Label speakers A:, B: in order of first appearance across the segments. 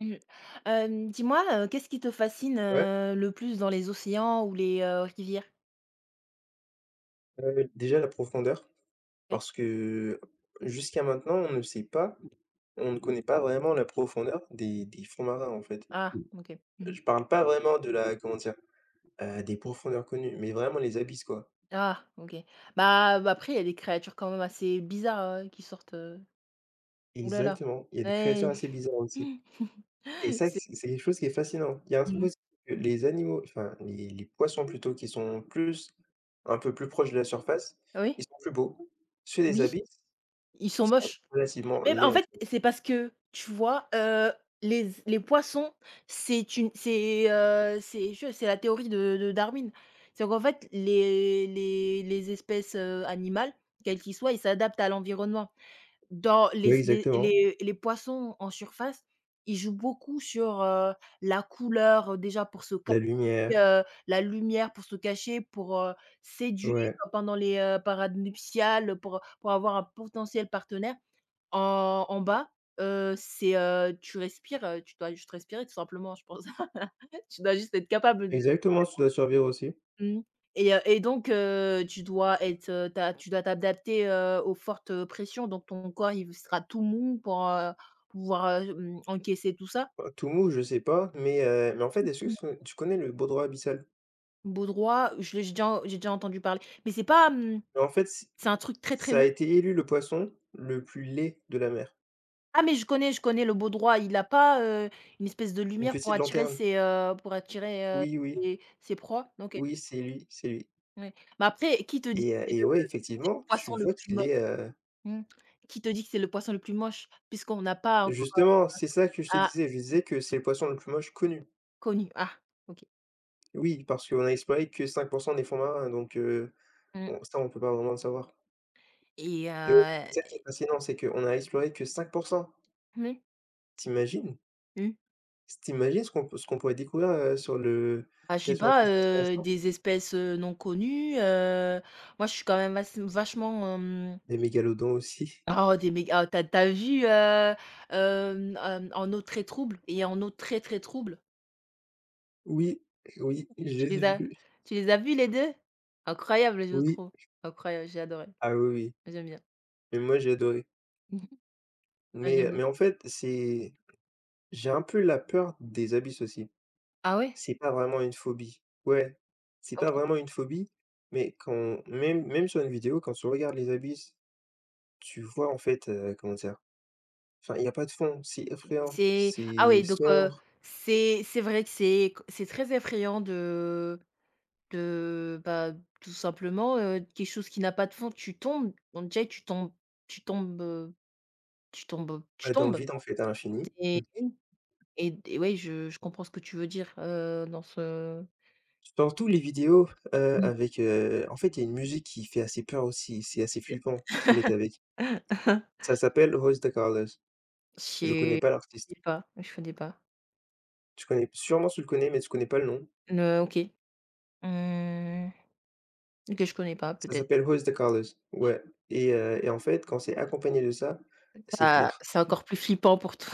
A: Mmh. Dis-moi, qu'est-ce qui te fascine,
B: Ouais,
A: le plus dans les océans ou les rivières?
B: déjà la profondeur,
A: OK.
B: parce que jusqu'à maintenant, on ne sait pas, on ne connaît pas vraiment la profondeur des fonds marins, en fait.
A: Ah, OK. Mmh.
B: Je parle pas vraiment de la comment dire? Des profondeurs connues, mais vraiment les abysses, quoi.
A: Ah, OK. Bah, bah, après, il y a des créatures quand même assez bizarres, qui sortent, ouh là là.
B: Exactement, il y a des créatures
A: Ouais.
B: assez bizarres aussi et ça,
A: C'est
B: c'est quelque chose qui est fascinant. Il y a un truc
A: Mmh.
B: aussi que les animaux, enfin les poissons plutôt, qui sont plus un peu plus proches de la surface,
A: Oui?
B: ils sont plus beaux. Ceux des
A: Oui.
B: abysses,
A: Ils sont
B: ils sont
A: moches.
B: relativement
A: Mais en
B: laids, en
A: fait,
B: fait.
A: c'est parce que, tu vois, les poissons, c'est une c'est je c'est la théorie de Darwin. C'est qu'en fait, les espèces, animales, quelles qu'ils soient, ils s'adaptent à l'environnement. Dans
B: Ouais,
A: les les
B: exactement.
A: les les poissons en surface, ils jouent beaucoup sur, la couleur, déjà pour se
B: La
A: cacher,
B: lumière,
A: la lumière pour se cacher, pour séduire
B: ouais.
A: pendant les parades nuptiales, pour avoir un potentiel partenaire. En bas, c'est, tu respires, tu dois juste respirer tout simplement, je pense. Tu dois juste être capable de
B: Exactement, sous la survie aussi.
A: mmh et donc tu dois être, tu dois t'adapter, aux fortes pressions, donc ton corps il sera tout mou pour pouvoir, encaisser tout ça.
B: Bah, Toumo, je sais pas, mais, en fait, est-ce que ce tu connais le baudroie abyssal?
A: Beau droit, je l'ai j'ai déjà entendu parler, mais c'est pas,
B: Bah, en fait, c
A: c'est un truc très, très
B: ça a
A: long.
B: été élu le poisson le plus laid de la mer.
A: Ah mais je connais le beau droit, il a pas, une espèce de
B: Une
A: lumière
B: petite lanterne.
A: pour attirer,
B: Oui, oui,
A: ses proies? OK.
B: oui, c'est lui
A: Ouais, mais après, qui te dit que
B: et heu et ouais,
A: c'est le
B: effectivement, tu
A: poisson le
B: vois
A: plus
B: qu'il
A: moche?
B: est,
A: Mmh. Qui te dit que c'est le poisson le plus moche? Puisqu'on n'a pas encore
B: justement, c'est ça que je te
A: ah,
B: disais. Je disais que c'est le poisson le plus moche connu.
A: connu. Ah, OK.
B: Oui, parce qu'on a exploré que 5 des fonds marins, donc
A: Mmh
B: bon, ça, on peut pas vraiment le savoir
A: et
B: et ouais,
A: heu,
B: c'est ça qui est fascinant, c'est qu'on a exploré que 5.
A: mmh,
B: Tu imagines?
A: mmh.
B: S tu Ce qu'on pourrait découvrir, sur le
A: Bah, je sais pas,
B: 95 restant?
A: des espèces, non connues, moi, je suis quand même vasse vachement,
B: Les mégalodons aussi.
A: tu as vu, En eau très trouble et En eau très, très trouble?
B: Oui, oui, j'ai
A: Tu les
B: vu.
A: as Tu les as vus les deux, incroyable je
B: Oui,
A: trouve. Incroyable, j'ai adoré.
B: ah oui, oui,
A: J'aime bien.
B: mais moi j'ai adoré.
A: Mmh. Ouais,
B: Mais
A: j'aime bien.
B: mais en fait, c'est j'ai un peu la peur des abysses aussi.
A: Ah ouais?
B: C'est pas vraiment une phobie. Ouais, c'est pas
A: OK.
B: vraiment une phobie, mais quand même sur une vidéo, quand tu regardes les abysses, tu vois en fait, comment dire? Enfin, il y a pas de fond, c'est effrayant,
A: C'est ah
B: c'est
A: ouais Donc
B: sombre,
A: c'est vrai que c'est très effrayant de bah, tout simplement, quelque chose qui n'a pas de fond, tu tombes, donc déjà tu tombes, tu tombes, tu tombes, tu
B: tu dans le
A: tombes
B: vide en fait à l'infini.
A: et oui et ouais, je comprends ce que tu veux dire, dans ce.
B: Surtout les vidéos,
A: Mmh.
B: avec, en fait, il y a une musique qui fait assez peur aussi, c'est assez flippant qu'ils mettent avec. Ça s'appelle José Carlos. Je connais
A: C'est
B: pas
A: Je
B: l'artiste.
A: sais pas, je connais pas.
B: Tu le connais, mais tu connais pas le nom.
A: OK. Mmh, OK, je connais pas
B: Ça
A: peut-être.
B: s'appelle José Carlos, ouais et en fait, quand c'est accompagné de ça, c'est
A: Ah,
B: pire.
A: c'est encore plus flippant pour toi.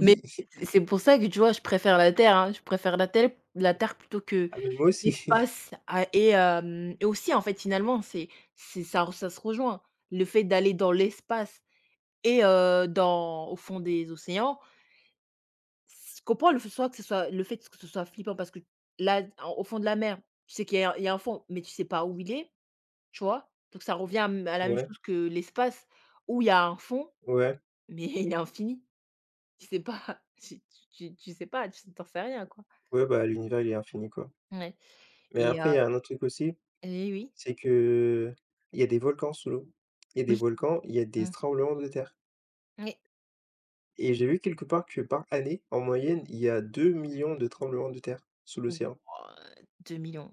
A: Mais c'est pour ça que, tu vois, je préfère la Terre, hein. Je préfère la Terre plutôt que
B: ah mais moi aussi.
A: l'espace, à et hem et aussi, en fait, finalement, c'est ça se rejoint. Le fait d'aller dans l'espace dans au fond des océans, c je comprends le f soit que ce soit le fait que ce soit flippant parce que là, en au fond de la mer, tu sais qu'il y a un fond, mais tu sais pas où il est, tu vois? Donc ça revient à la même
B: Ouais,
A: chose que l'espace, où il y a un fond,
B: ouais,
A: mais il est infini. Tu sais pas, tu sais pas, tu t'en sais rien, quoi.
B: ouais, bah, l'univers, il est infini, quoi.
A: Ouais,
B: Mais
A: et
B: après, il
A: heu
B: y a un autre truc aussi,
A: et oui.
B: c'est que il y a des volcans sous l'eau. Il y a des
A: Oui.
B: volcans, il y a des
A: Mmh.
B: tremblements de terre.
A: Oui.
B: Et j'ai vu quelque part que par année, en moyenne, il y a 2 millions de tremblements de terre sous l'océan.
A: Wouah, 2 000 000.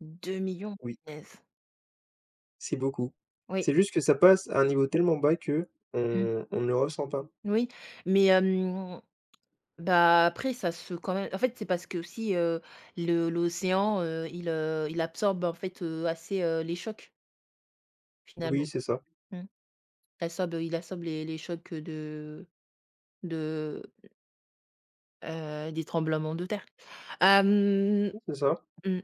A: 2
B: Oui,
A: Punaise.
B: c'est beaucoup.
A: Oui.
B: C'est juste que ça passe à un niveau tellement bas que
A: Mmh.
B: on ne le ressent pas.
A: Oui, mais bah, après ça se quand même en fait, c'est parce qu'aussi, le l'océan, il absorbe, en fait, assez, les chocs,
B: Oui,
A: finalement.
B: c'est ça.
A: Mmh. Il absorbe les chocs, de, des tremblements de terre. Hem,
B: Oui, c'est ça.
A: mmh.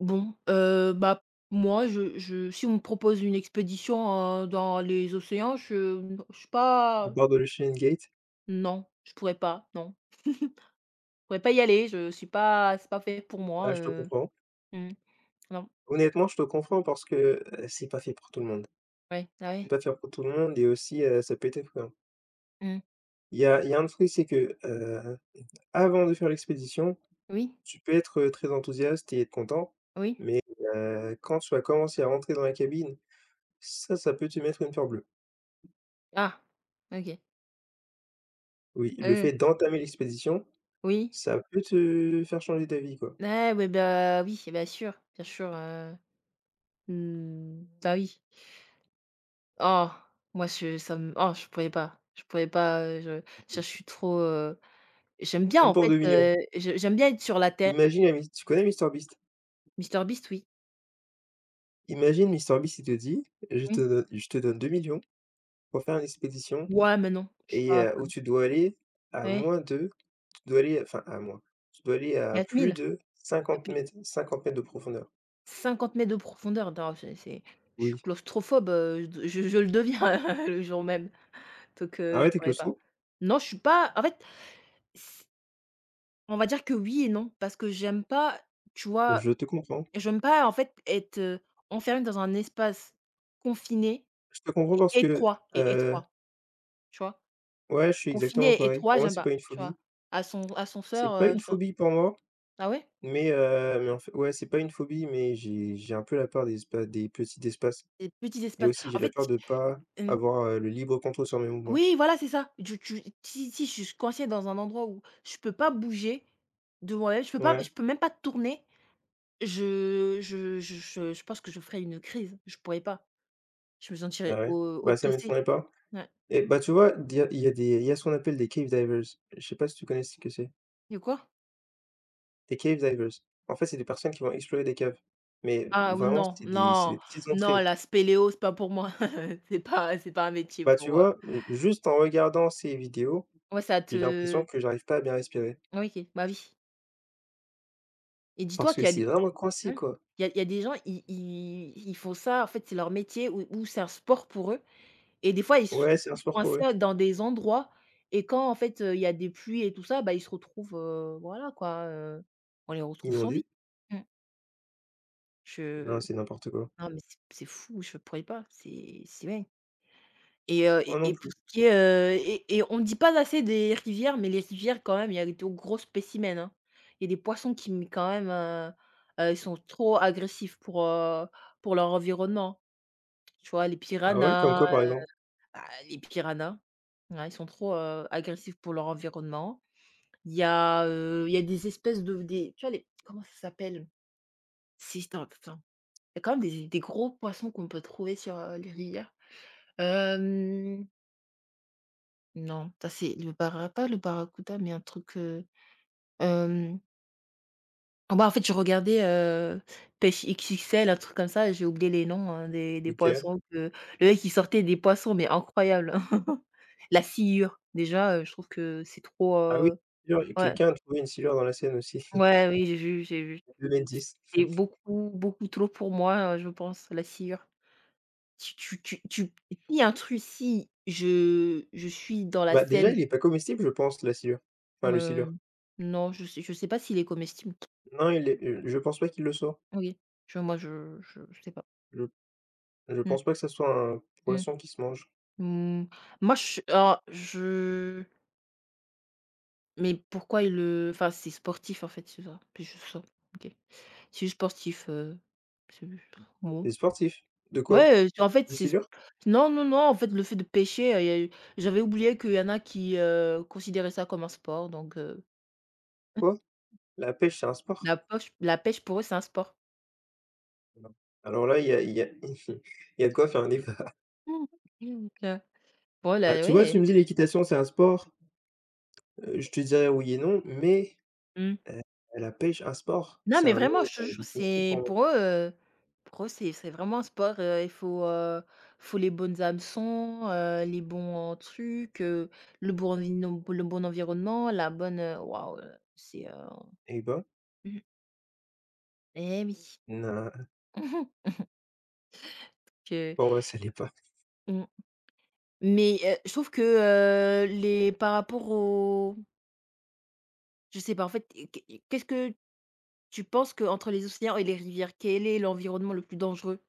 A: Bon, bah, moi, je si on me propose une expédition, dans les océans, je suis
B: À
A: pas,
B: bord de l'Ocean Gate,
A: non, je pourrais pas, non. Je pourrais pas y aller, je suis pas, c'est pas fait pour
B: bah,
A: moi,
B: je te comprends.
A: mmh, non,
B: Honnêtement, je te comprends parce que c'est pas fait pour tout le monde.
A: ouais, ah
B: C'est
A: ouais,
B: pas fait pour tout le monde et aussi, ça peut être effrayant.
A: mmh,
B: Il y a un truc, c'est que avant de faire l'expédition,
A: oui,
B: tu peux être très enthousiaste et être content,
A: oui,
B: mais quand tu vas commencer à rentrer dans la cabine, ça peut te mettre une peur bleue.
A: ah, OK,
B: Oui, le
A: heu,
B: fait d'entamer l'expédition,
A: oui,
B: ça peut te faire changer d'avis, quoi.
A: ah ouais, bah, oui, bien sûr, mmh, bah, oui. Oh, moi, je ça me oh, je pourrais pas, je suis trop, j'aime bien
B: Même
A: en
B: pour
A: fait,
B: 2 millions.
A: je j'aime bien être sur la terre.
B: Imagine la mis tu connais MrBeast?
A: MrBeast, oui.
B: Imagine MrBeast, il te dit: «Je te
A: Oui.
B: donne 2 millions pour faire une expédition
A: Ouais, mais non, je suis pas,
B: où tu dois aller à
A: ouais,
B: moins de tu dois aller enfin à moins, tu dois aller à
A: quatre
B: plus
A: mille
B: de
A: à
B: cinquante
A: plus
B: mètres cinquante mètres de profondeur».
A: 50 mètres de profondeur. Non, c'est je suis
B: Oui,
A: claustrophobe, d je le deviens le jour même, donc je
B: arrête tes
A: pourrais pas.
B: claustros,
A: Non, je suis pas en fait, c on va dire que oui et non, parce que j'aime pas, tu vois?
B: je te comprends.
A: J'aime pas en fait être, enfermée dans un espace confiné
B: Je te comprends
A: et
B: parce que,
A: étroit,
B: heu,
A: tu vois?
B: ouais, je suis
A: Confiné
B: exactement
A: et
B: pareil.
A: étroit,
B: Pour moi,
A: j'aime
B: c'est pas
A: pas,
B: une
A: tu vois?
B: phobie. C'est
A: Ascenseur,
B: pas une
A: tu vois?
B: phobie pour moi.
A: Ah ouais?
B: Mais en fait ouais, c'est pas une phobie, mais j'ai un peu la peur des petits espaces
A: Des petits
B: et
A: espaces.
B: aussi j'ai
A: En
B: la
A: fait,
B: peur
A: ti
B: de pas
A: Mmh.
B: avoir, le libre contrôle sur mes mouvements.
A: Oui, voilà, c'est ça. Tu tu si si je suis coincée dans un endroit où je peux pas bouger de moi-même,
B: Ouais,
A: je peux même pas tourner, je pense que je ferais une crise. Je pourrais pas. Je me sentirais
B: ouais.
A: o
B: Bah, ça
A: oppressée.
B: m'étonnerait pas
A: Ouais.
B: et bah, tu vois, il y a ce qu'on appelle des cave divers. Je sais pas si tu connais ce que c'est?
A: De quoi?
B: Des cave divers. En fait, c'est des personnes qui vont explorer des caves, mais
A: Ah
B: vraiment
A: non,
B: c'est des c'est
A: non,
B: des petites
A: non,
B: entrées.
A: la spéléo, c'est pas pour moi. C'est pas un métier
B: Bah,
A: pour
B: tu
A: moi.
B: vois, juste en regardant ces vidéos,
A: Ouais, ça
B: j'ai l'impression
A: te
B: que j'arrive pas à bien respirer
A: oui, OK. Bah, oui, et
B: parce
A: dis-toi
B: que
A: qu'il y a des
B: c'est vraiment coincé,
A: Hein?
B: quoi.
A: Il y a des gens, ils font ça, en fait, c'est leur métier ou c'est un sport pour eux, et des fois, ils se
B: Ouais, c'est un
A: retrouvent
B: sport pour eux.
A: coincés dans des endroits et quand, en fait, il y a des pluies et tout ça, bah, ils se retrouvent, voilà quoi, on les
B: Ils
A: retrouve sans vie. Mmh.
B: Non,
A: Je
B: c'est n'importe quoi.
A: Non mais c'est fou, je ne pourrais pas, c'est ouais. Et heu
B: Moi
A: et
B: non
A: et pour
B: plus.
A: ce qui est, on ne dit pas assez des rivières, mais les rivières quand même, il y a des gros spécimens, hein. Il y a des poissons qui m quand même, ils sont trop agressifs pour leur environnement. Tu vois, les
B: Ah ouais? Comme
A: piranhas,
B: quoi, par exemple?
A: bah, les piranhas, ouais, ils sont trop, agressifs pour leur environnement. Il y a des espèces de des, tu vois, les comment ça s'appelle? Si, attends, attends. Il y a quand même des gros poissons qu'on peut trouver sur, les rivières. Hem Non, ça c'est le bara pas le barracuda, mais un truc, hem, ah bah, en fait, je regardais, Pêche XXL, un truc comme ça, j'ai oublié les noms, hein, des
B: OK.
A: poissons que le mec, il sortait des poissons, mais incroyable. La sciure, déjà, je trouve que c'est trop,
B: Ah oui, silure,
A: ouais,
B: quelqu'un a trouvé une silure dans la Seine aussi,
A: ouais, oui, j'ai vu, j'ai vu.
B: 2,10 m.
A: C'est beaucoup, beaucoup trop pour moi, je pense, la sciure. Tu tu tu tu s'il un truc Si je suis dans la
B: Bah, déjà,
A: scène,
B: il est pas comestible, je pense, la silure. Enfin, le silure.
A: heu, non, je sais pas s'il est comestible.
B: Non, il est, je pense pas qu'il le soit.
A: Oui, je moi, je sais pas.
B: Je je
A: Mmh.
B: pense pas que ça soit un
A: mh.
B: poisson qui se mange.
A: Mmh, moi, je suis alors je mais pourquoi il le enfin, c'est sportif, en fait, c'est ça? C'est juste ça? OK. C'est juste sportif, c'est bon.
B: C'est sportif. De quoi?
A: Ouais, en fait,
B: Le
A: c'est
B: silure?
A: non, non, non, en fait, le fait de pêcher, y a eu j'avais oublié qu'il y en a qui, considéraient ça comme un sport, donc
B: Quoi? La pêche, c'est un sport?
A: la pêche, pour eux, c'est un sport.
B: Non. Alors là, il y a il y a de quoi faire un débat.
A: Mmh. Mmh, OK.
B: Bah,
A: Voilà,
B: tu vois, tu
A: ouais.
B: me dis l'équitation, c'est un sport, je te dirais oui et non, mais,
A: Mmh.
B: heu, la pêche, un sport?
A: Non,
B: C'est
A: mais
B: un nom,
A: vraiment, je te jure,
B: définitif
A: c'est
B: en
A: pour eux, c'est vraiment un sport, faut les bonnes hameçons, les bons trucs, le bon environnement, la bonne, waouh,
B: Eh ben,
A: mmh, eh oui,
B: na
A: que
B: pour moi, ça l'est pas.
A: mmh, mais, je trouve que, les par rapport aux je sais pas, en fait, et qu'est-ce que tu penses que entre les océans et les rivières, quel est l'environnement le plus dangereux?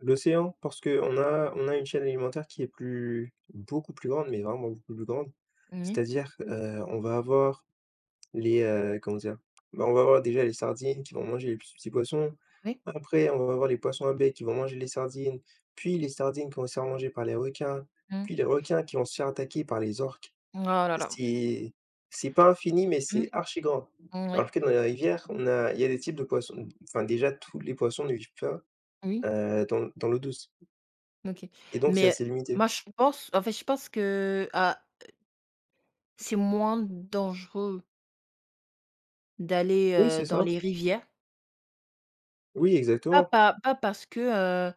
B: L'océan, parce que on a une chaîne alimentaire qui est plus beaucoup plus grande, mais vraiment beaucoup plus grande.
A: Oui.
B: C'est-à-dire, on va avoir les, comment dire? Bah, on va avoir déjà les sardines qui vont manger les petits petits poissons.
A: Oui,
B: Après, on va avoir les poissons à bec qui vont manger les sardines, puis les sardines qui vont se faire manger par les requins,
A: mmh.
B: puis les requins qui vont se faire attaquer par les orques.
A: Oh là là,
B: C'est c'est pas infini, mais c'est
A: mmh,
B: archi grand.
A: oui,
B: Alors que dans les rivières, on a il y a des types de poissons enfin, déjà, tous les poissons ne vivent pas,
A: oui.
B: dans l'eau douce
A: OK.
B: et donc c'est
A: Mais
B: assez limité.
A: moi, je pense en fait, je pense que, ah, c'est moins dangereux d'aller,
B: Oui, c'est
A: dans
B: ça.
A: les rivières.
B: Oui,
A: Pas
B: exactement.
A: pas pas parce que, heu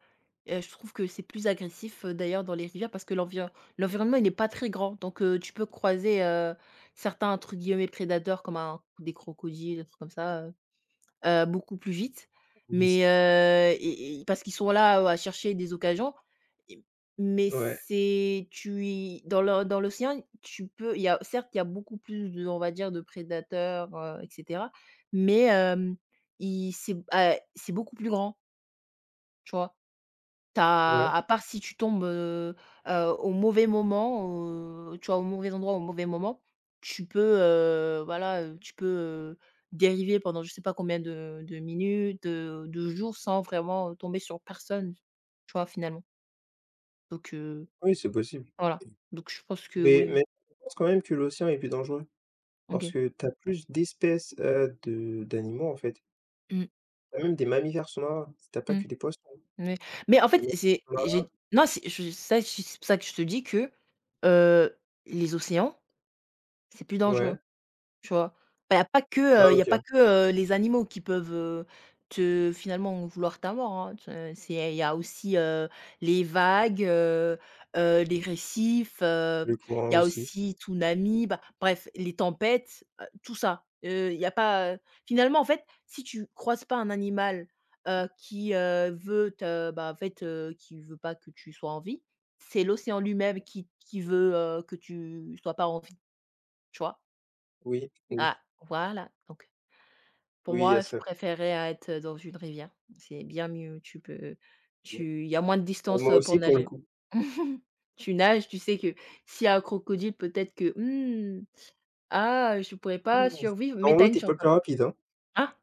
A: heu, je trouve que c'est plus agressif, d'ailleurs dans les rivières parce que l'environnement, il n'est pas très grand, donc tu peux croiser, certains entre guillemets «prédateurs» comme un des crocodiles, des trucs comme ça, beaucoup plus vite,
B: Oui.
A: mais parce qu'ils sont là, à chercher des occasions, et mais
B: Ouais,
A: c'est tu y dans le dans l'océan, tu peux il y a certes, il y a beaucoup plus de, on va dire, de prédateurs, et cetera, mais hem, ils c'est b ah, c'est beaucoup plus grand, tu vois? Tu
B: ouais.
A: À part si tu tombes, au mauvais moment, tu vois, au mauvais endroit, au mauvais moment, tu peux, voilà, heu, dériver pendant je sais pas combien de minutes, de jours, sans vraiment tomber sur personne, tu vois, finalement. Donc
B: Oui, c'est possible.
A: voilà. Donc je pense que
B: Mais
A: oui.
B: mais je pense quand même que l'océan est plus dangereux parce
A: OK.
B: que tu as plus d'espèces, de d'animaux, en fait.
A: Mmh.
B: Tu Même des mammifères sous-marins, t'as pas
A: Mmh.
B: que des poissons.
A: Mais mais en
B: T'as des
A: fait,
B: mammifères
A: c'est
B: sous-marins.
A: j'ai non, c'est je ça, je- c'est pour ça que je te dis que, heu, les océans, c'est plus dangereux.
B: Ouais.
A: Tu vois? Bah, il y a pas
B: Ah
A: que, y a pas
B: OK.
A: que, les animaux qui peuvent, te finalement vouloir ta mort, hein. Tu c'est Il y a aussi, les vagues, les récifs,
B: Le courant
A: il y a
B: aussi.
A: aussi tsunami, bah, bref, les tempêtes, tout ça. Il y a pas, finalement, en fait, si tu croises pas un animal, qui veut pas que tu sois en vie, c'est l'océan lui-même qui veut, que tu sois pas en vie, tu vois?
B: Oui, oui,
A: Ah, voilà. Donc pour
B: oui, il y a
A: moi, je
B: ça.
A: préférais être dans une rivière. C'est bien mieux, tu peux
B: Ouais.
A: tu il y a moins de
B: Bah,
A: distance,
B: moi
A: pour
B: aussi pour le
A: nager.
B: coup.
A: Tu nages, tu sais que s'il y a un crocodile, peut-être que: «Mmh, ah, je pourrais pas survivre»,
B: Dans
A: mais t'as
B: l'eau,
A: une
B: t'es
A: chance
B: pas
A: un
B: plus
A: peu.
B: rapide, hein.
A: Hein?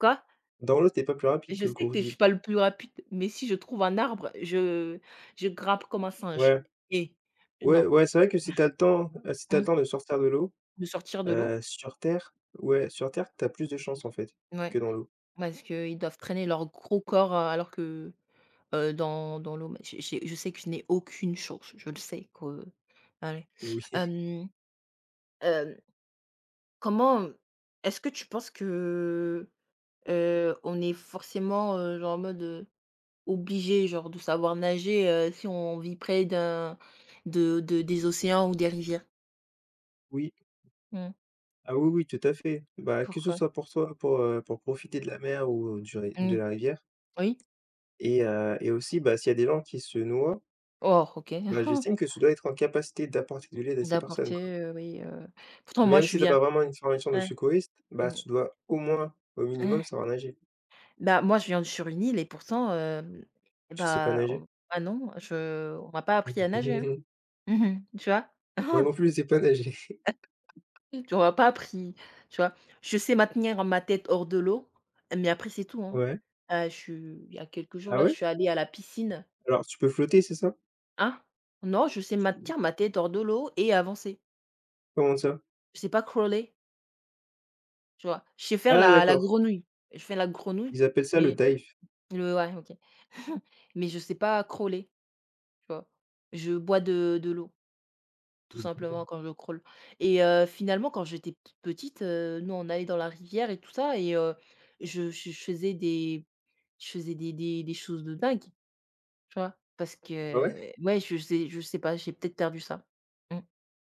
A: Quoi?
B: Dans l'eau, t'es pas plus rapide
A: Je
B: que le
A: sais que je
B: crocodile.
A: suis pas le plus rapide, mais si je trouve un arbre, je grimpe comme un singe,
B: Ouais,
A: et
B: ouais,
A: non,
B: ouais, c'est vrai que si t'as le
A: mmh,
B: temps de sortir de l'eau,
A: de sortir de l'eau,
B: sur terre, ouais, sur terre, t'as plus de chances en fait, que
A: ouais,
B: dans l'eau.
A: parce qu'ils doivent traîner leur gros corps, alors que dans l'eau, mais je sais que je n'ai aucune chance, je le sais, que allez,
B: Oui,
A: hem, hem, comment est-ce que tu penses que, on est forcément, genre en mode, obligé genre de savoir nager, si on vit près d'un de des océans ou des rivières?
B: oui.
A: Mmh.
B: Ah oui, oui, tout à fait. Bah, que ce
A: Pourquoi?
B: soit pour toi, pour profiter de la mer ou du ri de
A: Mmh.
B: la rivière
A: Oui?
B: et aussi, bah, s'il y a des gens qui se noient,
A: Oh, OK.
B: bah, j'estime que tu dois être en capacité d'apporter de l'aide à ces personnes,
A: D'apporter,
B: quoi.
A: oui, pourtant moi
B: Même
A: je
B: si t'as
A: viens,
B: pas vraiment une formation de
A: ouais.
B: secouriste, bah,
A: Mmh.
B: tu dois au moins, au
A: mmh.
B: minimum, savoir nager.
A: Bah, moi, je viens de sur une île et pourtant, eh
B: Tu sais pas
A: bah,
B: nager?
A: on ah non, je on m'a pas appris à nager, hein. Mmh. Tu vois?
B: Moi non plus, je sais pas nager.
A: Tu vois, on m'a pas appris, tu vois? Je sais maintenir ma tête hors de l'eau, mais après, c'est tout, hein.
B: Ouais.
A: Je suis Il y a quelques jours,
B: Ah
A: là, je
B: ouais?
A: suis allée à la piscine.
B: Alors tu peux flotter, c'est ça?
A: Hein? Non, je sais maintenir ma tête hors de l'eau et avancer.
B: Comment ça?
A: Je sais pas crawler, tu vois? Je sais faire
B: Ah
A: la
B: d'accord,
A: grenouille. Je fais la grenouille,
B: ils appellent ça le
A: mais
B: dive.
A: le ouais, OK. Mais je sais pas crawler, tu vois? Je bois de l'eau. Tout simplement quand je crawl, et finalement quand j'étais p petite, nous on allait dans la rivière et tout ça, et je je je faisais des je faisais des choses de dingue, tu vois? Parce
B: Ah ouais?
A: que ouais, je sais pas, j'ai peut-être perdu ça. Mmh.